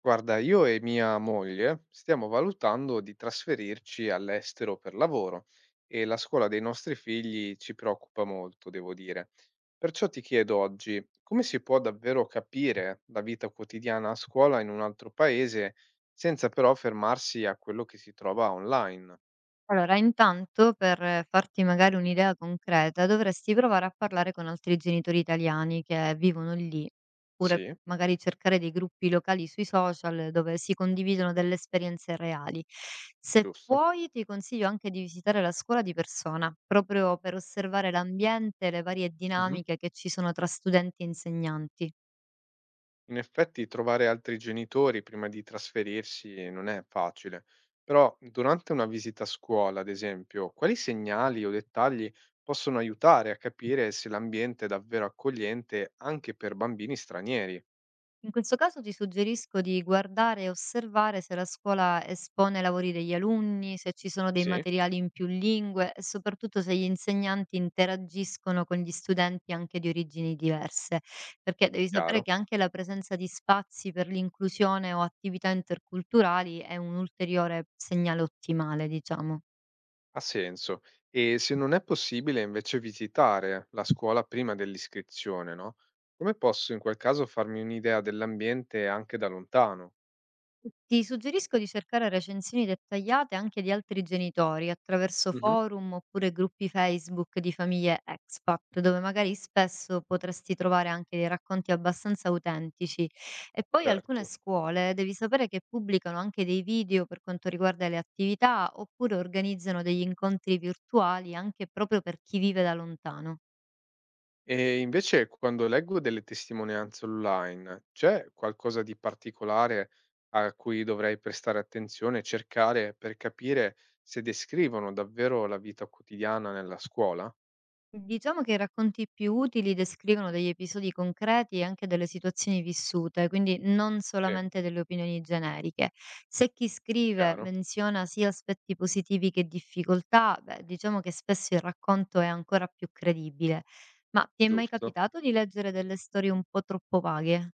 Guarda, io e mia moglie stiamo valutando di trasferirci all'estero per lavoro e la scuola dei nostri figli ci preoccupa molto, devo dire. Perciò ti chiedo oggi, come si può davvero capire la vita quotidiana a scuola in un altro paese senza però fermarsi a quello che si trova online? Allora, intanto per farti magari un'idea concreta, dovresti provare a parlare con altri genitori italiani che vivono lì, oppure Sì, magari cercare dei gruppi locali sui social dove si condividono delle esperienze reali. Se giusto? puoi, ti consiglio anche di visitare la scuola di persona, proprio per osservare l'ambiente e le varie dinamiche che ci sono tra studenti e insegnanti. In effetti trovare altri genitori prima di trasferirsi non è facile, però durante una visita a scuola, ad esempio, quali segnali o dettagli possono aiutare a capire se l'ambiente è davvero accogliente anche per bambini stranieri? In questo caso ti suggerisco di guardare e osservare se la scuola espone lavori degli alunni, se ci sono dei Sì, materiali in più lingue e soprattutto se gli insegnanti interagiscono con gli studenti anche di origini diverse, perché devi sapere chiaro, che anche la presenza di spazi per l'inclusione o attività interculturali è un ulteriore segnale ottimale, diciamo. ha senso. E se non è possibile invece visitare la scuola prima dell'iscrizione, no? Come posso in quel caso farmi un'idea dell'ambiente anche da lontano? Ti suggerisco di cercare recensioni dettagliate anche di altri genitori attraverso Mhm. forum oppure gruppi Facebook di famiglie expat, dove magari spesso potresti trovare anche dei racconti abbastanza autentici. E poi alcune Certo. scuole devi sapere che pubblicano anche dei video per quanto riguarda le attività, oppure organizzano degli incontri virtuali anche proprio per chi vive da lontano. E invece quando leggo delle testimonianze online, c'è qualcosa di particolare a cui dovrei prestare attenzione e cercare per capire se descrivono davvero la vita quotidiana nella scuola? Diciamo che i racconti più utili descrivono degli episodi concreti e anche delle situazioni vissute, quindi non Sì, solamente delle opinioni generiche. Se chi scrive chiaro, menziona sia aspetti positivi che difficoltà, beh, diciamo che spesso il racconto è ancora più credibile. Ma ti è mai giusto. capitato di leggere delle storie un po' troppo vaghe?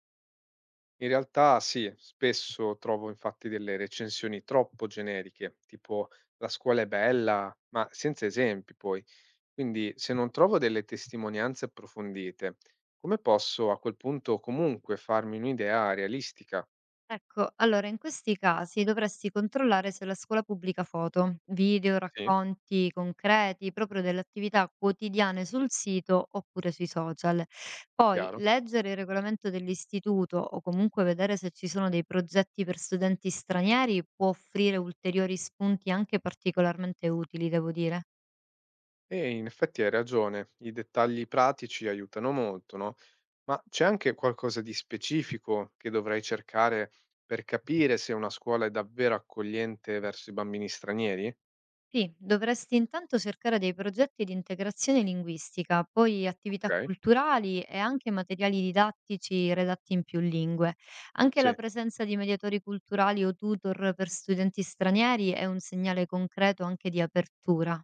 In realtà sì, spesso trovo infatti delle recensioni troppo generiche, tipo la scuola è bella, ma senza esempi poi. Quindi, se non trovo delle testimonianze approfondite, come posso a quel punto comunque farmi un'idea realistica? Ecco, allora in questi casi dovresti controllare se la scuola pubblica foto, video, Sì, racconti concreti proprio delle attività quotidiane sul sito oppure sui social. Poi chiaro? leggere il regolamento dell'istituto, o comunque vedere se ci sono dei progetti per studenti stranieri, può offrire ulteriori spunti anche particolarmente utili, devo dire. E in effetti hai ragione, i dettagli pratici aiutano molto, no? Ma c'è anche qualcosa di specifico che dovrei cercare per capire se una scuola è davvero accogliente verso i bambini stranieri? Sì, dovresti intanto cercare dei progetti di integrazione linguistica, poi attività Ok. culturali e anche materiali didattici redatti in più lingue. Anche Sì. la presenza di mediatori culturali o tutor per studenti stranieri è un segnale concreto anche di apertura.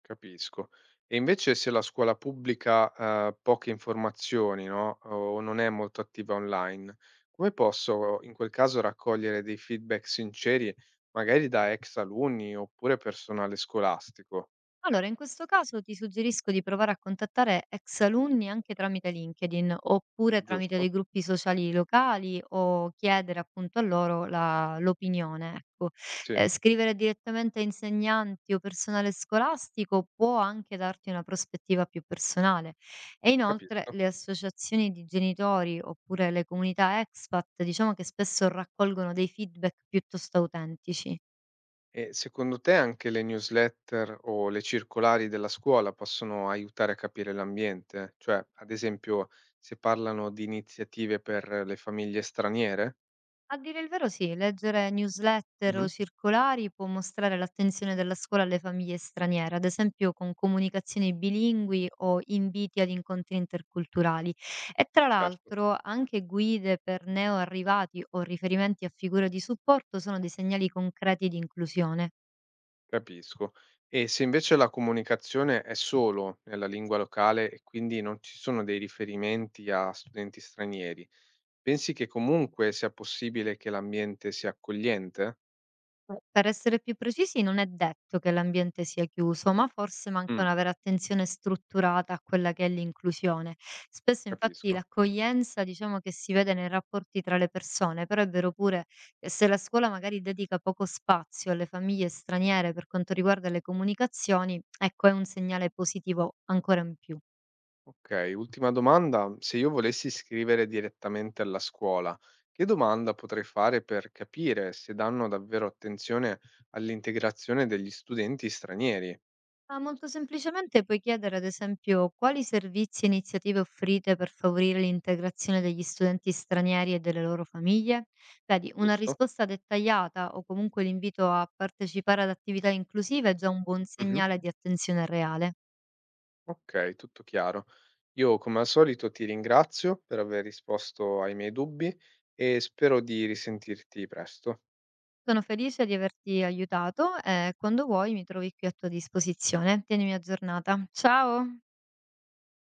Capisco. E invece se la scuola pubblica ha poche informazioni, no, o non è molto attiva online, come posso in quel caso raccogliere dei feedback sinceri, magari da ex alunni oppure personale scolastico, Allora, in questo caso ti suggerisco di provare a contattare ex alunni anche tramite LinkedIn, oppure tramite giusto? dei gruppi sociali locali, o chiedere appunto a loro l'opinione. Ecco. Sì, Scrivere direttamente a insegnanti o personale scolastico può anche darti una prospettiva più personale. E inoltre capisco. le associazioni di genitori oppure le comunità expat, diciamo che spesso raccolgono dei feedback piuttosto autentici. E secondo te anche le newsletter o le circolari della scuola possono aiutare a capire l'ambiente? Cioè, ad esempio, se parlano di iniziative per le famiglie straniere? A dire il vero sì, leggere newsletter Mhm. o circolari può mostrare l'attenzione della scuola alle famiglie straniere, ad esempio con comunicazioni bilingui o inviti ad incontri interculturali. E tra Certo. l'altro, anche guide per neoarrivati o riferimenti a figure di supporto sono dei segnali concreti di inclusione. Capisco. E se invece la comunicazione è solo nella lingua locale e quindi non ci sono dei riferimenti a studenti stranieri, pensi che comunque sia possibile che l'ambiente sia accogliente? Per essere più precisi, non è detto che l'ambiente sia chiuso, ma forse manca Mm, una vera attenzione strutturata a quella che è l'inclusione. Spesso infatti capisco. l'accoglienza, diciamo che si vede nei rapporti tra le persone, però è vero pure che se la scuola magari dedica poco spazio alle famiglie straniere per quanto riguarda le comunicazioni, ecco, è un segnale positivo ancora in più. Ok, ultima domanda. Se io volessi scrivere direttamente alla scuola, che domanda potrei fare per capire se danno davvero attenzione all'integrazione degli studenti stranieri, Ma molto semplicemente puoi chiedere, ad esempio: quali servizi e iniziative offrite per favorire l'integrazione degli studenti stranieri e delle loro famiglie? Vedi, una giusto? risposta dettagliata, o comunque l'invito a partecipare ad attività inclusive, è già un buon Mhm. segnale di attenzione reale. Okay, tutto chiaro. Io come al solito ti ringrazio per aver risposto ai miei dubbi e spero di risentirti presto. Sono felice di averti aiutato, e quando vuoi mi trovi qui a tua disposizione. Tienimi aggiornata. Ciao!